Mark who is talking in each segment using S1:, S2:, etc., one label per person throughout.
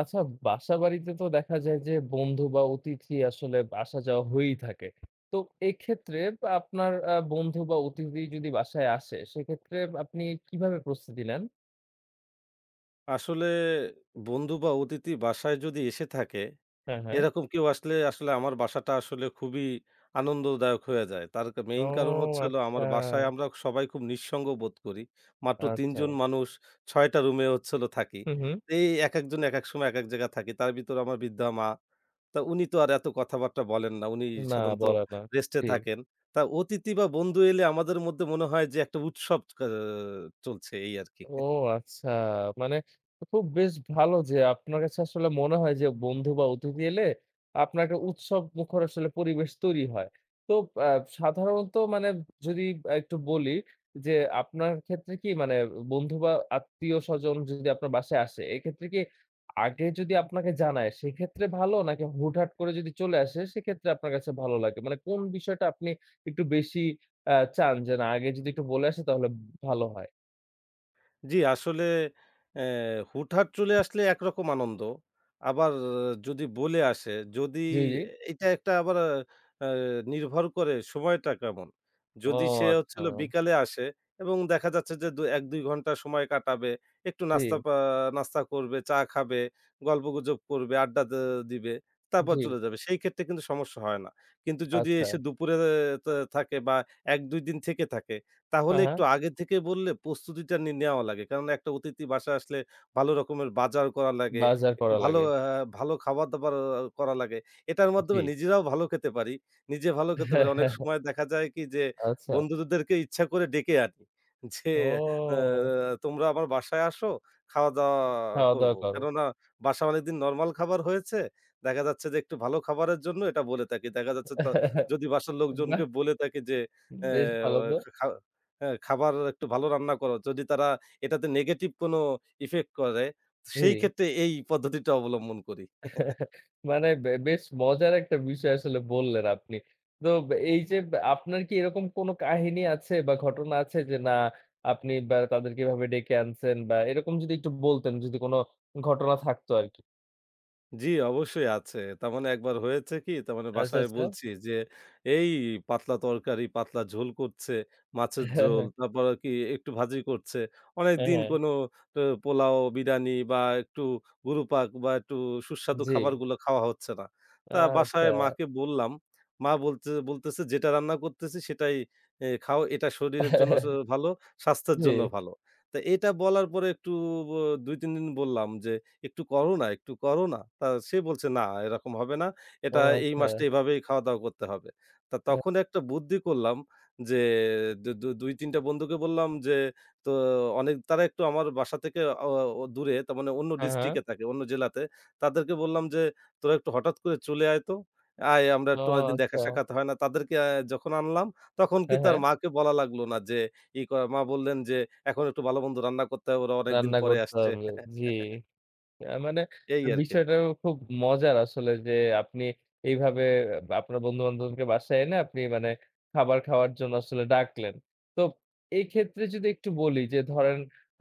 S1: আচ্ছা বাসাবাড়িতে তো দেখা যায় যে বন্ধু বা অতিথি আসলে আসা যাওয়া হয়েই থাকে। তো এক্ষেত্রে আপনার বন্ধু বা অতিথি যদি বাসায় আসে সেক্ষেত্রে আপনি কিভাবে প্রস্তুতি নেন?
S2: আসলে বন্ধু বা অতিথি বাসায় যদি এসে থাকে,
S1: হ্যাঁ, হ্যাঁ।
S2: এরকম কেউ আসলে, আমার বাসাটা আসলে খুবই আনন্দদায়ক হয়ে যায়। তার কা
S1: ও
S2: মেইন কারণ হলো
S1: আচ্ছা,
S2: আমার বাসায় আমরা সবাই খুব নিঃসঙ্গ বোধ করি। মাত্র ৩
S1: আচ্ছা।
S2: জন মানুষ ৬ টা রুমে হচ্ছে হলো থাকি।
S1: হু, হু।
S2: এই একেকজন একেক সময় একেক জায়গায় থাকি। তার ভিতরে আমার বৃদ্ধা মা। তা উনি তো আর এত কথাবার্তা বলেন না। উনি
S1: না
S2: সাধারণত
S1: বলে না।
S2: রেস্টে
S1: জি।
S2: থাকেন। তা অতিথি বা বন্ধু এলে আমাদের মধ্যে মনে হয় যে একটা উৎসব চলছে এই আরকি।
S1: ও আচ্ছা। মানে খুব বেশ ভালো যে আপনার কাছে আসলে মনে হয় যে বন্ধু বা অতিথি এলে আপনার একটা উৎসবমুখর আসলে পরিবেশ তৈরি হয়। তো আ সাধারণত মানে যদি একটু বলি যে আপনার ক্ষেত্রে কি মানে বন্ধু বা আত্মীয়স্বজন যদি আপনার বাসায় আসে, এক্ষেত্রে কি আগে যদি আপনাকে জানায় সেক্ষেত্রে ভালো নাকি হুটহাট করে যদি চলে আসে সেক্ষেত্রে আপনার কাছে ভালো লাগে? মানে কোন বিষয়টা আপনি একটু বেশি চান যে না আগে যদি একটু বলে আসে তাহলে ভালো হয়?
S2: জি, আসলে অ্যা হুটহাট চলে আসলে একরকম আনন্দ। আবার যদি বলে আসে, যদি
S1: জি, জি।
S2: এটা একটা আবার আ নির্ভর করে সময়টা কেমন।
S1: ও
S2: যদি সে হচ্ছে
S1: আচ্ছা।
S2: হলো বিকালে আসে এবং দেখা যাচ্ছে যে ১-২ ঘন্টা সময় কাটাবে, একটু
S1: জি,
S2: নাস্তা করবে, চা খাবে, গল্পগুজব করবে, আড্ডা দে দিবে, তারপর
S1: জি।
S2: চলে যাবে। সেই ক্ষেত্রে কিন্তু সমস্যা হয় না। কিন্তু যদি
S1: আচ্ছা।
S2: এসে দুপুরে থাকে বা ১-২ দিন থেকে থাকে তাহলে
S1: হ্যাঁ, হ্যাঁ।
S2: একটু আগে থেকে বললে প্রস্তুতিটা নি নেওয়া লাগে। কারণ একটা অতিথি বাসায় আসলে ভালো রকমের বাজার করা লাগে।
S1: বাজার
S2: একটু
S1: করা লাগে।
S2: ভালো খাবার-দাবার করা লাগে। এটার
S1: জি।
S2: মাধ্যমে নিজেরাও ভালো খেতে পারি। নিজে ভালো খেতে পারি। অনেক সময় দেখা যায় কি যে
S1: আচ্ছা।
S2: বন্ধুদেরকে ইচ্ছা করে ডেকে আনি। যে আ
S1: ও!
S2: তোমরা আমার বাসায় আসো, খাওয়া-দাওয়া করব।
S1: খাওয়া-দাওয়া করো।
S2: কেননা বাসায় অনেকদিন নরমাল খাবার হয়েছে। দেখা যাচ্ছে যে একটু ভালো খাবারের জন্য এটা বলে থাকি। দেখা যাচ্ছে যদি বাসার লোকজনকে
S1: বাহ!
S2: বলে থাকি যে এ
S1: বেশ ভালো তো।
S2: খা হ্যাঁ, খাবার একটু ভালো রান্না করো। যদি তারা এটাতে নেগেটিভ কোনো ইফেক্ট করে,
S1: জি।
S2: সেই ক্ষেত্রে এই পদ্ধতিটা অবলম্বন করি।
S1: মানে বেশ মজার একটা বিষয় আসলে বললেন আপনি। তো এই যে আপনার কি এরকম কোনো কাহিনী আছে বা ঘটনা আছে যে না আপনি বা তাদেরকে এভাবে ডেকে আনছেন বা এরকম যদি একটু বলতেন যদি কোনো ঘটনা থাকতো আরকি।
S2: জি, অবশ্যই আছে। তার মানে একবার হয়েছে কি? তার মানে
S1: আচ্ছা,
S2: বাসায়
S1: আচ্ছা।
S2: বলছি যে, "এই পাতলা তরকারি, পাতলা ঝোল করছে, মাছের
S1: হ্যাঁ,
S2: ঝোল,
S1: হ্যাঁ।
S2: তারপর কি একটু ভাজি করছে।"
S1: হ্যাঁ,
S2: অনেকদিন
S1: হ্যাঁ।
S2: কোনো ট পোলাও, বিরিয়ানি বা একটু গুরুপাক বা একটু সুস্বাদু
S1: জি।
S2: খাবারগুলো খাওয়া হচ্ছে না। তা বাসায়
S1: আচ্ছা।
S2: মাকে বললাম। মা বলতে বলতেছে, "যেটা রান্না করতেছি সেটাই খাও। এটা শরীরের জন্য ভালো, স্বাস্থ্যের
S1: জি।
S2: জন্য ভালো।" তা এটা বলার পরে একটু ব ২-৩ দিন বললাম যে একটু করো না, একটু করো না। তা সে বলছে, "না, এরকম হবে না।
S1: ও
S2: এটা এই
S1: আচ্ছা।
S2: মাসটা এভাবেই খাওয়া-দাওয়া করতে হবে।" তা
S1: হ্যাঁ,
S2: তখন একটা বুদ্ধি করলাম যে দু দু ২-৩ টা বন্ধুকে বললাম যে, "তো অনেক" তারা একটু আমার বাসা থেকে অ অ দূরে, তার মানে অন্য
S1: হ্যাঁ, হ্যাঁ।
S2: ডিস্ট্রিক্টে থাকে, অন্য জেলাতে। তাদেরকে বললাম যে, "তোরা একটু হঠাৎ করে চলে আয় তো। আয়, আমরা
S1: ও
S2: একটু অনেকদিন দেখা
S1: আচ্ছা।
S2: সাক্ষাৎ হয় না।" তাদেরকে যখন আনলাম, তখন
S1: হ্যাঁ,
S2: কিন্তু আর
S1: হ্যাঁ।
S2: মাকে বলা লাগলো না যে ই করা। মা বললেন যে, "এখন একটু ভালো-মন্দ রান্না করতে হবে। ওরা অনেকদিন
S1: রান্না
S2: পরে
S1: করতে
S2: আসছে।"
S1: হবে। জি। মানে
S2: এই আরকি।
S1: বিষয়টা খুব মজার আসলে যে আপনি এইভাবে আপনার বন্ধু-বান্ধবকে বাসায় এনে আপনি মানে খাবার খাওয়ার জন্য আসলে ডাকলেন। তো এই ক্ষেত্রে যদি একটু বলি যে ধরেন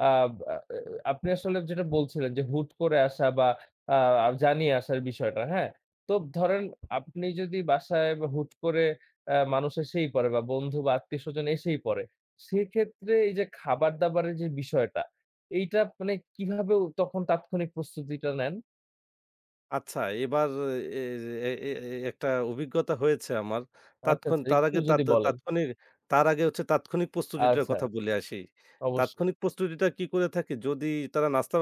S1: আ আ আপনি আসলে যেটা বলছিলেন যে হুট করে আসা বা আ জানিয়ে আসার বিষয়টা, হ্যাঁ? তো ধরেন আপনি যদি বাসায় বা হুট করে মানুষ এসেই পড়ে বা বন্ধু বা আত্মীয়স্বজন এসেই পড়ে, সেক্ষেত্রে এই যে খাবার-দাবারের যে বিষয়টা এইটা মানে কিভাবে ও তখন তাৎক্ষণিক প্রস্তুতিটা নেন?
S2: আচ্ছা এবার এ এ এ এ- একটা অভিজ্ঞতা হয়েছে আমার।
S1: আচ্ছা,
S2: তাৎক্ষণ
S1: আচ্ছা
S2: তার
S1: একটু
S2: আগে তাৎ
S1: যদি বলেন।
S2: তাৎক্ষণিক তার আগে তাৎক্ষণিক প্রস্তুতিটার
S1: আচ্ছা,
S2: কথা বলে আসি।
S1: অবশ্যই।
S2: তাৎক্ষণিক প্রস্তুতিটা কি করে থাকি যদি তারা নাস্তা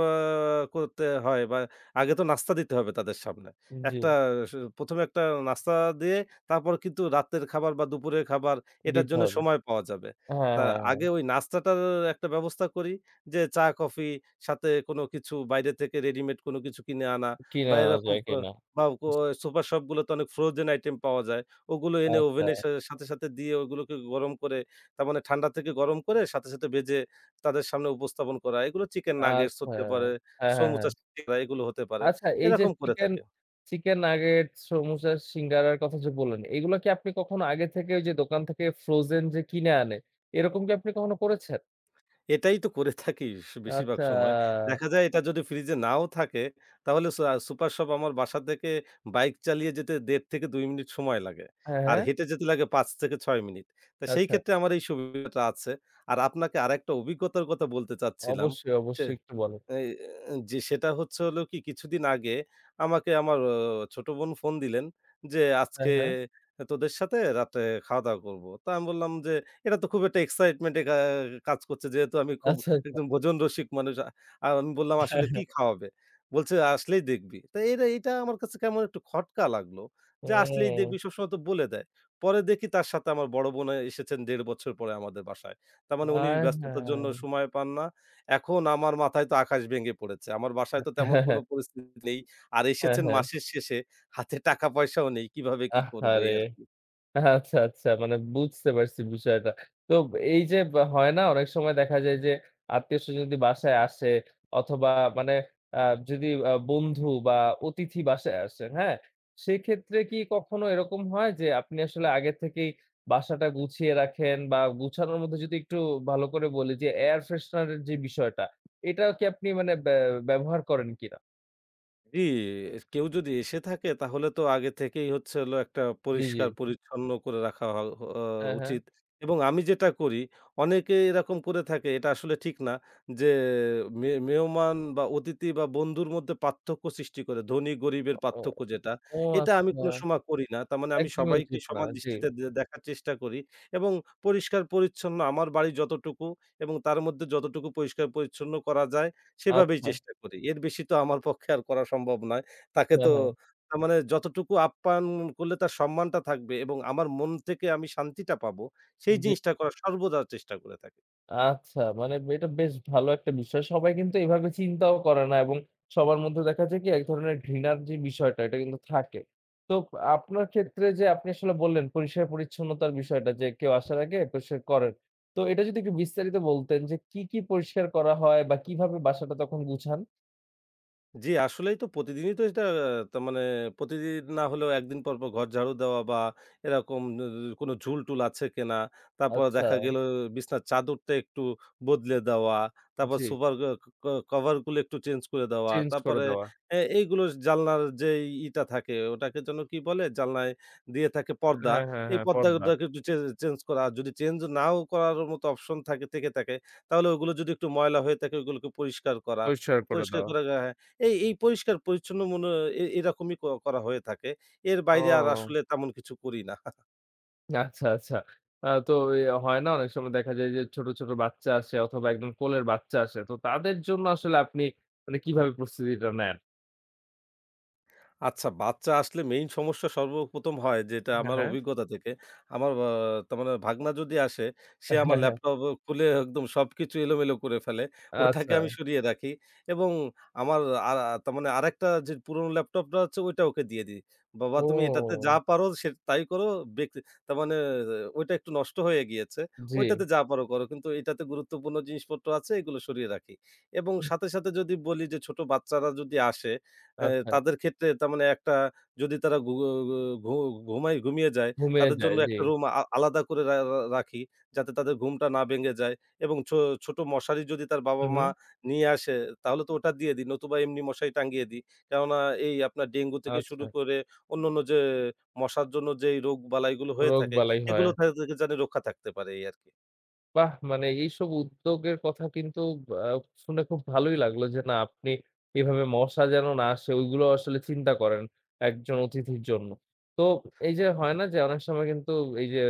S2: করতে হয় বা আগে তো নাস্তা দিতে হবে তাদের সামনে।
S1: জি,
S2: একটা ১ম এ একটা নাস্তা দিয়ে তারপর কিন্তু রাতের খাবার বা দুপুরের খাবার এটার
S1: দিতে
S2: জন্য
S1: হবে।
S2: সময় পাওয়া যাবে।
S1: হ্যাঁ,
S2: তা
S1: হ্যাঁ, হ্যাঁ।
S2: আগে ওই নাস্তাটার একটা ব্যবস্থা করি যে চা, কফি সাথে কোনো কিছু বাইরে থেকে রেডিমেড কোনো কিছু কিনে আনা।
S1: কিনে
S2: বা
S1: আনা
S2: এরকম
S1: যায়
S2: ফ
S1: কিনা।
S2: বা ও
S1: জি,
S2: সুপার শপগুলোতে অনেক ফ্রোজেন আইটেম পাওয়া যায়। ওগুলো এনে
S1: আচ্ছা,
S2: ওভেনের সাথে, সাথে দিয়ে ওগুলোকে গরম করে তার মানে ঠান্ডা থেকে গরম করে সাথে, সাথে ভেজে তাদের সামনে উপস্থাপন করা। এগুলো চিকেন নাগেটস
S1: আচ্ছা।
S2: হতে পারে,
S1: হ্যাঁ, হ্যাঁ, হ্যাঁ।
S2: সমুচা এগুলো হতে পারে।
S1: আচ্ছা এই যে
S2: এরকম করে
S1: চিকেন,
S2: থাকে।
S1: চিকেন নাগেট, সমুচা, সিঙ্গারার কথা যে বললেন, এগুলা কি আপনি কখনো আগে থেকে ওই যে দোকান থেকে ফ্রোজেন যে কিনে আনে, এরকম কি আপনি কখনো করেছেন?
S2: এটাই তো করে থাকি বেশিরভাগ
S1: আচ্ছা।
S2: সময়। দেখা যায় এটা যদি ফ্রিজে নাও থাকে তাহলে সু আ সুপার শপ আমার বাসা থেকে বাইক চালিয়ে যেতে ১.৫ থেকে ২ মিনিট সময় লাগে।
S1: হ্যাঁ,
S2: আর
S1: হ্যাঁ।
S2: হেঁটে যেতে লাগে ৫ থেকে ৬ মিনিট। তা সেই
S1: আচ্ছা।
S2: ক্ষেত্রে আমার এই সুবিধাটা আছে। আর আপনাকে আরেকটা অভিজ্ঞতার কথা বলতে চাচ্ছিলাম।
S1: অবশ্যই,
S2: সে
S1: অবশ্যই একটু বলেন।
S2: এই আ জি, সেটা হলো কি কিছুদিন আগে আমাকে আমার ছোট বোন ফোন দিলেন যে,
S1: হ্যাঁ,
S2: "আজকে
S1: হ্যাঁ।
S2: তোদের সাথে রাতে খাওয়া-দাওয়া করব।" তো আমি বললাম যে, "এটা তো খুব একটা এক্সাইটমেন্ট এ কা কাজ করছে।" যেহেতু আমি খুব
S1: আচ্ছা, আচ্ছা।
S2: একদম ভোজনরসিক মানুষ। আর আমি বললাম, "আসলে কি খাওয়াবে?" বলছে, "আসলেই দেখবি।" তো এটা এটা আমার কাছে কেমন একটু খটকা লাগলো যে, "আসলেই
S1: হুম।
S2: দেখবি" সবসময় তো বলে দেয়। পরে দেখি তার সাথে আমার বড় বোন এসেছেন ১.৫ বছর পরে আমাদের বাসায়। তার মানে উনি
S1: আয়
S2: ব্যস্ততার জন্য
S1: হায়!
S2: সময় পান না। এখন আমার মাথায় তো আকাশ ভেঙে পড়েছে। আমার বাসায় তো তেমন কোনো পরিস্থিতি নেই। আর
S1: হ্যাঁ,
S2: এসেছেন
S1: হ্যাঁ।
S2: মাসের শেষে হাতে টাকা পয়সাও নেই। কিভাবে কি করব
S1: আহারে!
S2: এই আরকি।
S1: আচ্ছা, আচ্ছা মানে বুঝতে পারছি বিষয়টা। তো এই যে বা হয় না অনেক সময় দেখা যায় যে আত্মীয়স্বজন যদি বাসায় আসে অথবা মানে আ যদি বন্ধু বা অতিথি বাসায় আসেন, হ্যাঁ? সেক্ষেত্রে কি কখনো এরকম হয় যে আপনি আসলে আগে থেকেই বাসাটা গুছিয়ে রাখেন বা গুছানোর মধ্যে যদি একটু ভালো করে বলি যে এয়ার ফ্রেশনার এর যে বিষয়টা, এটাও কি আপনি মানে ব্যবহার করেন কিনা?
S2: জি, কেউ যদি এসে থাকে তাহলে তো আগে থেকেই হচ্ছে হলো একটা
S1: জি, জি।
S2: পরিষ্কার পরিচ্ছন্ন করে রাখা হ আ
S1: হ্যাঁ, হ্যাঁ।
S2: উচিত। এবং আমি যেটা করি অনেকে এরকম করে থাকে এটা আসলে ঠিক না যে মেহমান বা অতিথি বা বন্ধুর মধ্যে পার্থক্য সৃষ্টি করে ধনী গরিবের
S1: ও
S2: পার্থক্য যেটা,
S1: ও
S2: এটা আমি
S1: আচ্ছা,
S2: কোনো সময় করি না। তার মানে আমি
S1: একদমই
S2: সবাইকে
S1: উচিত না।
S2: সমান
S1: জি।
S2: দৃষ্টিতে দেখার চেষ্টা করি এবং পরিষ্কার পরিচ্ছন্ন আমার বাড়ি যতটুকু এবং তার মধ্যে যতটুকু পরিষ্কার পরিচ্ছন্ন করা যায় সেভাবেই
S1: আচ্ছা।
S2: চেষ্টা করি। এর বেশি তো আমার পক্ষে আর করা সম্ভব নয়। তাকে
S1: হ্যাঁ,
S2: তো
S1: হ্যাঁ।
S2: মানে যতটুকু আপ্যায়ন করলে তার সম্মানটা থাকবে এবং আমার মন থেকে আমি শান্তিটা পাবো, সেই
S1: জি।
S2: জিনিসটা করার সর্বদা চেষ্টা করে থাকি।
S1: আচ্ছা মানে এটা বেশ ভালো একটা বিষয়। সবাই কিন্তু এভাবে চিন্তাও করে না এবং সবার মধ্যে দেখা যায় কি এক ধরনের ঘৃণার যে বিষয়টা এটা কিন্তু থাকে। তো আপনার ক্ষেত্রে যে আপনি আসলে বললেন পরিষ্কার পরিচ্ছন্নতার বিষয়টা যে কেউ আসার আগে পরিষ্কার করেন। তো এটা যদি একটু বিস্তারিত বলতেন যে কি, কি পরিষ্কার করা হয় বা কিভাবে বাসাটা তখন গুছান?
S2: জি, আসলেই তো প্রতিদিনই তো এটা আহ, তার মানে প্রতিদিন না হলেও একদিন পর, পর ঘর ঝাড়ু দেওয়া বা এরকম কোনো ঝুল-টুল আছে কিনা? তারপর
S1: আচ্ছা,
S2: দেখা গেল বিছনার চাদরটা একটু বদলে দেওয়া, তারপর
S1: জি।
S2: সোফার গ ক কভারগুলো একটু চেঞ্জ করে দেওয়া।
S1: চেঞ্জ করে
S2: তারপরে
S1: দেওয়া।
S2: এইগুলো জানলার যে ইটা থাকে ওটাকে যেন কি বলে? জানলায় দিয়ে থাকে পর্দা।
S1: হ্যাঁ, হ্যাঁ,
S2: এই
S1: হ্যাঁ পর্দা।
S2: পর্দাটাকে একটু চেঞ্জ করা। আর যদি চেঞ্জ নাও করার মতো অপশন থেকে থাকে তাহলে ওগুলো যদি একটু ময়লা হয়ে থাকে ওগুলোকে পরিষ্কার করা।
S1: পরিষ্কার করে
S2: পরিষ্কার
S1: দেওয়া।
S2: করে এই পরিষ্কার পরিচ্ছন্ন মনে এরকমই করা হয়ে থাকে। এর
S1: ও।
S2: বাইরে আর আসলে তেমন কিছু করি না।
S1: আচ্ছা, আচ্ছা। তো এ হয় না অনেক সময় দেখা যায় যে ছোট, ছোট বাচ্চা আসে অথবা একদম কোলের বাচ্চা আসে। তো তাদের জন্য আসলে আপনি মানে কিভাবে প্রস্তুতিটা নেন?
S2: আচ্ছা, বাচ্চা আসলে মেইন সমস্যা সর্বপ্রথম হয় যেটা
S1: হ্যাঁ,
S2: আমার
S1: হ্যাঁ।
S2: অভিজ্ঞতা থেকে। আমার আ তার মানে ভাগনা যদি আসে, সে আমার
S1: হ্যাঁ, হ্যাঁ।
S2: ল্যাপটপ খুলে একদম সবকিছু এলোমেলো করে ফেলে। ওটাকে
S1: আচ্ছা।
S2: আমি সরিয়ে রাখি এবং আমার আ তার মানে আরেকটা যে পুরনো ল্যাপটপটা আছে ওইটা ওকে দিয়ে দিই। "বাবা তুমি এটাতে
S1: ও!
S2: যা পারো সে তাই করো। বেক" তার মানে আহ, ওইটা একটু নষ্ট হয়ে গিয়েছে।
S1: জি।
S2: ওইটাতে যা পারো করো। কিন্তু এটাতে গুরুত্বপূর্ণ জিনিসপত্র আছে এগুলো সরিয়ে রাখি। এবং সাথে, সাথে যদি বলি যে ছোট বাচ্চারা যদি আসে এ
S1: আচ্ছা।
S2: তাদের ক্ষেত্রে তার মানে একটা যদি তারা ঘু ঘু ঘুমায় ঘুমিয়ে যায়,
S1: ঘুমিয়ে
S2: তাদের জন্য
S1: যায়। জি।
S2: একটা রুম আলাদা করে রা রা রাখি যাতে তাদের ঘুমটা না ভেঙে যায় এবং ছোট মশারি যদি তার
S1: হুম,
S2: বাবা-মা
S1: হুম।
S2: নিয়ে আসে তাহলে তো ওটা দিয়ে দিই। নতুবা এমনি মশারি টাঙিয়ে দিই। কেননা এই আপনার ডেঙ্গু থেকে শুরু
S1: আচ্ছা।
S2: করে অন্যান্য যে মশার জন্য যেই রোগ বালাইগুলো হয়ে থাকে,
S1: রোগবালাই হয়।
S2: এগুলো থেকে যেন রক্ষা থাকতে পারে এই আরকি।
S1: বাহ! মানে এইসব উদ্যোগের কথা কিন্তু আ শুনে খুব ভালোই লাগলো যে না আপনি এভাবে মশা যেন না আসে ওইগুলো আসলে চিন্তা করেন একজন অতিথির জন্য। তো এই যে হয় না যে অনেক সময় কিন্তু এই যে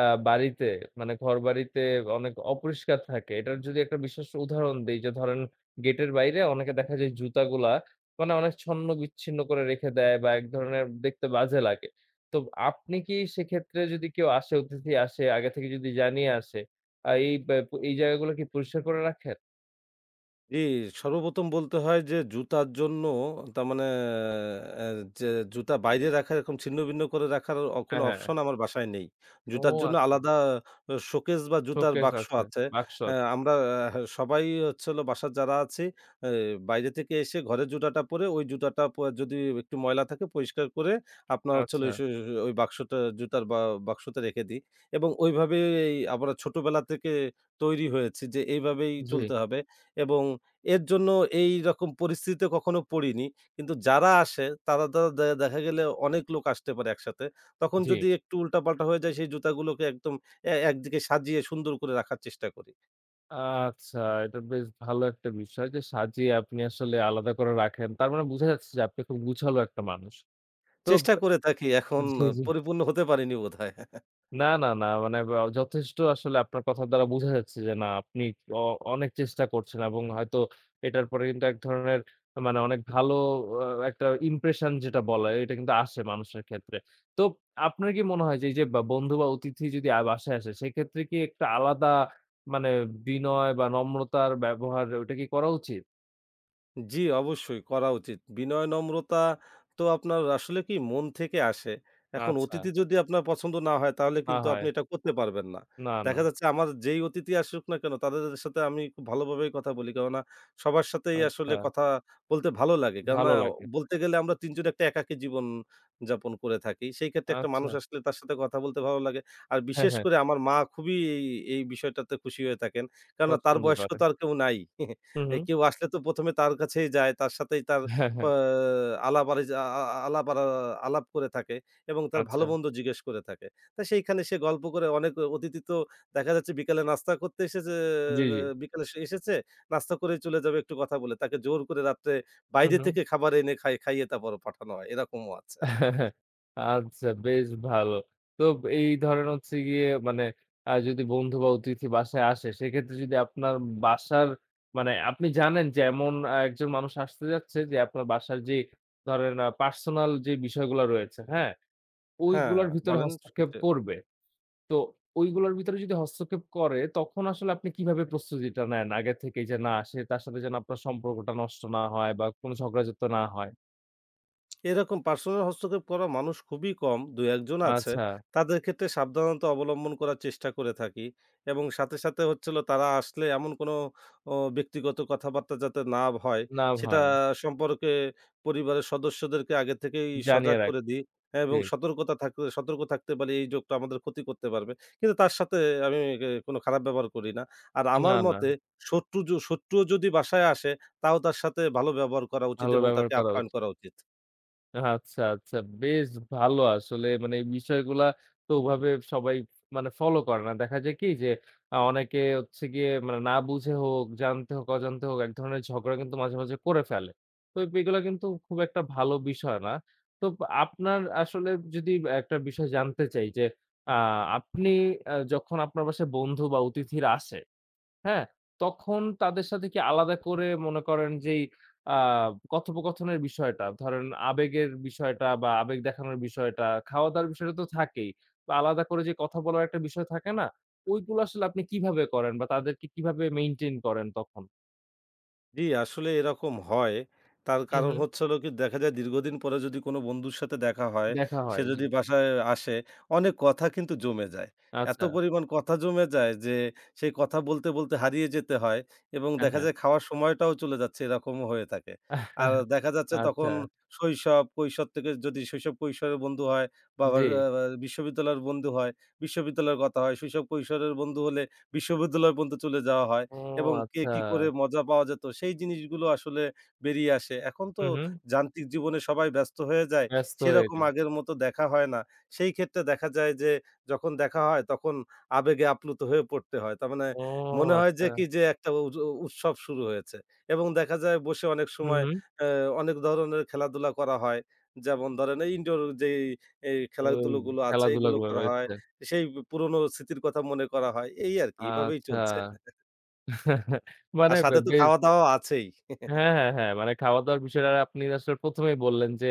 S1: আ বাড়িতে মানে ঘরবাড়িতে অনেক অপরিষ্কার থাকে। এটার যদি একটা বিশেষ উদাহরণ দেই যে ধরেন গেটের বাইরে অনেকে দেখা যায় জুতাগুলা মানে অনেক ছন্ন-বিচ্ছিন্ন করে রেখে দেয় বা এক ধরনের দেখতে বাজে লাগে। তো আপনি কি সেক্ষেত্রে যদি কেউ আসে অতিথি আসে আগে থেকে যদি জানিয়ে আসে আ এই ব্যা এই জায়গাগুলো কি পরিষ্কার করে রাখেন?
S2: জি, সর্বপ্রথম বলতে হয় যে জুতার জন্য তার মানে অ্যা যে জুতা বাইরে রাখা এরকম ছিন্নভিন্ন করে রাখার কোনো
S1: হ্যাঁ, হ্যাঁ।
S2: অপশন আমার বাসায় নেই।
S1: ও
S2: জুতার জন্য
S1: আচ্ছা।
S2: আলাদা শোকেস বা জুতার
S1: শোকেস
S2: বাক্স
S1: আছে,
S2: আছে।
S1: বাক্স আছে।
S2: আমরা সবাই হচ্ছে হলো বাসার যারা আছি অ্যা বাইরে থেকে এসে ঘরে জুতাটা পরে ওই জুতাটা যদি একটু ময়লা থাকে পরিষ্কার করে আপনার হচ্ছে হলো
S1: আচ্ছা।
S2: ওই ওই বাক্সটা জুতার বা বাক্সতে রেখে দিই এবং ওইভাবেই আমরা ছোটবেলা থেকে তৈরি হয়েছি যে এইভাবেই
S1: জি,
S2: চলতে হবে এবং এর জন্য এই রকম পরিস্থিতিতে কখনো পড়িনি। কিন্তু যারা আসে তারা তো দেখা গেলে অনেক লোক আসতে পারে একসাথে। তখন
S1: জি।
S2: যদি একটু উল্টাপাল্টা হয়ে যায় সেই জুতাগুলোকে একদম একদিকে সাজিয়ে সুন্দর করে রাখার চেষ্টা করি।
S1: আচ্ছা, এটা বেশ ভালো একটা বিষয় যে সাজিয়ে আপনি আসলে আলাদা করে রাখেন। তার মানে বোঝা যাচ্ছে যে আপনি খুব গুছালো একটা মানুষ। তো
S2: চেষ্টা করে থাকি এখন
S1: জি,
S2: আহ,
S1: জি।
S2: পরিপূর্ণ হতে পারিনি বোধহয়।
S1: না, না, না। মানে বা যথেষ্ট আসলে আপনার কথার দ্বারা বোঝা যাচ্ছে যে না আপনি অ অনেক চেষ্টা করছেন এবং হয়তো এটার পরে কিন্তু এক ধরনের মানে অনেক ভালো একটা ইমপ্রেশন যেটা বলে এটা কিন্তু আসে মানুষের ক্ষেত্রে। তো আপনার কি মনে হয় যে এই যে বা বন্ধু বা অতিথি যদি বাসায় আসে সেক্ষেত্রে কি একটা আলাদা মানে বিনয় বা নম্রতার ব্যবহার ওইটা কি করা উচিত?
S2: জি, অবশ্যই করা উচিত। বিনয়, নম্রতা তো আপনার আসলে কি মন থেকে আসে। এখন
S1: আচ্ছা।
S2: অতিথি যদি আপনার পছন্দ না হয় তাহলে
S1: না
S2: কিন্তু
S1: হয়।
S2: আপনি এটা করতে পারবেন না।
S1: না, না।
S2: দেখা যাচ্ছে আমার যেই অতিথি আসুক না কেন তাদের সাথে আমি খুব ভালোভাবেই কথা বলি। কেননা সবার সাথেই আসলে
S1: আচ্ছা।
S2: কথা বলতে ভালো লাগে। কেননা
S1: ভালো লাগে।
S2: বলতে গেলে আমরা ৩ জন একটা একাকী জীবন যাপন করে থাকি। সেই ক্ষেত্রে একটা
S1: আচ্ছা।
S2: মানুষ আসলে তার সাথে কথা বলতে ভালো লাগে। আর
S1: হ্যাঁ,
S2: বিশেষ
S1: হ্যাঁ।
S2: করে আমার মা খুবই এই বিষয়টাতে খুশি হয়ে থাকেন। কেননা তার
S1: পছন্দ
S2: বয়স্ক
S1: করে।
S2: তো আর কেউ নাই।
S1: হু, হু।
S2: কেউ আসলে তো ১ম এ তার কাছেই যায়। তার সাথেই তার
S1: হ্যাঁ,
S2: ক
S1: হ্যাঁ।
S2: আলাপ আরিজ আ আ আলাপ আ আলাপ করে থাকে এবং তার
S1: আচ্ছা।
S2: ভালো-মন্দ জিজ্ঞেস করে থাকে। তা সেইখানে সে গল্প করে অনেক অতিথি তো দেখা যাচ্ছে বিকালে নাস্তা করতে এসেছে,
S1: জি, জি।
S2: আহ, বিকালে সে এসেছে, নাস্তা করেই চলে যাবে একটু কথা বলে। তাকে জোর করে রাত্রে
S1: হু,
S2: বাইরে
S1: হুম।
S2: থেকে খাবার এনে খাইয়ে তারপর পাঠানো হয়। এরকমও আছে।
S1: আচ্ছা বেশ ভালো। তো এই ধরেন হচ্ছে গিয়ে মানে যদি বন্ধু বা অতিথি বাসায় আসে সেক্ষেত্রে যদি আপনার বাসার মানে আপনি জানেন যে এমন একজন মানুষ আসতে যাচ্ছে যে আপনার বাসার যে ধরেন পার্সোনাল যে বিষয়গুলা রয়েছে, হ্যাঁ?
S2: হ্যাঁ,
S1: ওইগুলার ভিতরে
S2: বলেন
S1: হস্তক্ষেপ
S2: শুনছি।
S1: করবে। তো ওইগুলার ভিতরে যদি হস্তক্ষেপ করে তখন আসলে আপনি কিভাবে প্রস্তুতিটা নেন আগে থেকেই যে না সে তার সাথে যেন আপনার সম্পর্কটা নষ্ট না হয় বা কোনো ঝগড়াঝাটি না হয়?
S2: এরকম পার্সোনাল হস্তক্ষেপ করা মানুষ খুবই কম। ২-১ জন আছে।
S1: আচ্ছা।
S2: তাদের ক্ষেত্রে সাবধানতা অবলম্বন করার চেষ্টা করে থাকি এবং সাথে, সাথে হচ্ছে হলো তারা আসলে এমন কোনো ব্যক্তিগত কথাবার্তা যাতে না হয়
S1: না
S2: সেটা
S1: ভাই,
S2: সম্পর্কে পরিবারের সদস্যদেরকে আগে থেকেই সজাগ
S1: জানিয়ে
S2: করে
S1: রাখি।
S2: দিই এবং
S1: জি।
S2: সতর্কতা থাকলে সতর্ক থাকতে পারি এই যোগটা আমাদের ক্ষতি করতে পারবে। কিন্তু তার সাথে আমি কোনো খারাপ ব্যবহার করি না। আর আমার
S1: না, না।
S2: মতে শত্রুও যদি বাসায় আসে তাও তার সাথে ভালো ব্যবহার করা উচিত
S1: ভালো
S2: এবং
S1: ব্যবহার
S2: তাকে
S1: করা
S2: আপ্যায়ন
S1: উচিত।
S2: করা উচিত।
S1: আচ্ছা, আচ্ছা। বেশ ভালো আসলে মানে এই বিষয়গুলা তো ওভাবে সবাই মানে ফলো করে না। দেখা যায় কি যে অনেকে হচ্ছে গিয়ে মানে না বুঝে হোক, জানতে হোক, অজান্তে হোক এক ধরনের ঝগড়া কিন্তু মাঝে, মাঝে করে ফেলে। তো এগুলা কিন্তু খুব একটা ভালো বিষয় না। তো আপনার আসলে যদি একটা বিষয় জানতে চাই যে আ আপনি যখন আপনার বাসায় বন্ধু বা অতিথিরা আসে হ্যাঁ? তখন তাদের সাথে কি আলাদা করে মনে করেন যেই আ কথোপকথনের বিষয়টা, ধরেন আবেগের বিষয়টা বা আবেগ দেখানোর বিষয়টা, খাওয়া-দাওয়ার বিষয়টা তো থাকেই। বা আলাদা করে যে কথা বলার একটা বিষয় থাকে না? ওইগুলো আসলে আপনি কিভাবে করেন বা তাদেরকে কিভাবে মেইনটেইন করেন তখন?
S2: জি, আসলে এরকম হয়। তার
S1: হুম,
S2: কারণ
S1: হুম।
S2: হলো কি দেখা যায় দীর্ঘদিন পরে যদি কোনো বন্ধুর সাথে দেখা হয়,
S1: দেখা
S2: সে
S1: হয়, জি।
S2: যদি বাসায় আসে, অনেক কথা কিন্তু জমে যায়। এত
S1: আচ্ছা।
S2: পরিমাণ কথা জমে যায় যে সেই কথা বলতে, বলতে হারিয়ে যেতে হয় এবং
S1: হ্যাঁ,
S2: দেখা
S1: হ্যাঁ।
S2: যায় খাওয়ার সময়টাও চলে যাচ্ছে এরকমও হয়ে থাকে। আর দেখা যাচ্ছে
S1: আচ্ছা,
S2: তখন শৈশব, কৈশোর থেকে যদি শৈশব-কৈশোরের বন্ধু হয় বা আবার
S1: জি।
S2: আ আ বিশ্ববিদ্যালয়ের বন্ধু হয়, বিশ্ববিদ্যালয়ের কথা হয়। শৈশব-কৈশোরের বন্ধু হলে বিশ্ববিদ্যালয় পর্যন্ত চলে যাওয়া হয়।
S1: ও
S2: এবং কে
S1: আচ্ছা।
S2: কি করে মজা পাওয়া যেত সেই জিনিসগুলো আসলে বেরিয়ে আসে। এখন তো
S1: হুম, হুম।
S2: যান্ত্রিক জীবনে সবাই ব্যস্ত হয়ে যায়।
S1: ব্যস্ত হয়ে
S2: সেরকম
S1: যায়।
S2: আগের মতো দেখা হয় না। সেই ক্ষেত্রে দেখা যায় যে যখন দেখা হয় তখন আবেগে আপ্লুত হয়ে পড়তে হয়। তার মানে
S1: ও
S2: মনে হয় যে
S1: আচ্ছা।
S2: কি যে একটা উৎসব শুরু হয়েছে এবং দেখা যায় বসে অনেক
S1: হুম,
S2: সময়
S1: হুম।
S2: অ্যা অনেক ধরনের খেলাধুলা করা হয়। যেমন ধরেন এই ইনডোর যেই
S1: ওই
S2: খেলাধুলোগুলো আছে এগুলো
S1: খেলাধুলাগুলো
S2: করা হয়।
S1: রয়েছে।
S2: সেই পুরনো স্মৃতির কথা মনে করা হয়। এই আরকি এভাবেই
S1: আচ্ছা
S2: চলছে। আর
S1: মানে বে
S2: সাথে তো
S1: বেশ
S2: খাওয়া-দাওয়া আছেই।
S1: হ্যাঁ, হ্যাঁ, হ্যাঁ। মানে খাওয়া-দাওয়ার বিষয়টা আপনি আসলে প্রথমেই বললেন যে,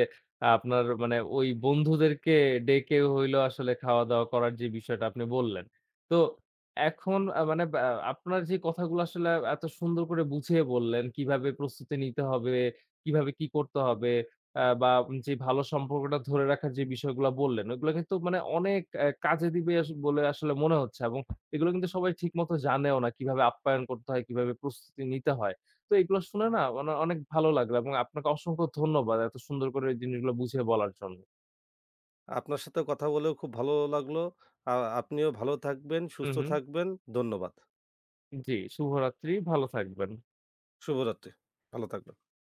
S1: আপনার মানে ওই বন্ধুদেরকে ডেকে হইলেও আসলে খাওয়া-দাওয়া করার যে বিষয়টা আপনি বললেন। তো এখন মানে আপনার যে কথাগুলো আসলে এত সুন্দর করে বুঝিয়ে বললেন, কিভাবে প্রস্তুতি নিতে হবে, কিভাবে কি করতে হবে, বা যে ভালো সম্পর্কটা ধরে রাখার যে বিষয়গুলো বললেন, ওগুলো কিন্তু মানে অনেক কাজে দিবে আস বলে আসলে মনে হচ্ছে এবং এগুলো কিন্তু সবাই ঠিকমতো জানেও না। কিভাবে আপ্যায়ন করতে হয়, কিভাবে প্রস্তুতি নিতে হয়। তো এগুলো শুনে না মানে অনেক ভালো লাগলো এবং আপনাকে অসংখ্য ধন্যবাদ এত সুন্দর করে এই জিনিসগুলো বুঝিয়ে বলার জন্য।
S2: আপনার সাথে কথা বলেও খুব ভালো লাগলো। আ আপনিও ভালো থাকবেন,
S1: হু,
S2: সুস্থ
S1: হু।
S2: থাকবেন। ধন্যবাদ।
S1: জি, শুভরাত্রি। ভালো থাকবেন।
S2: শুভরাত্রি। ভালো থাকবেন।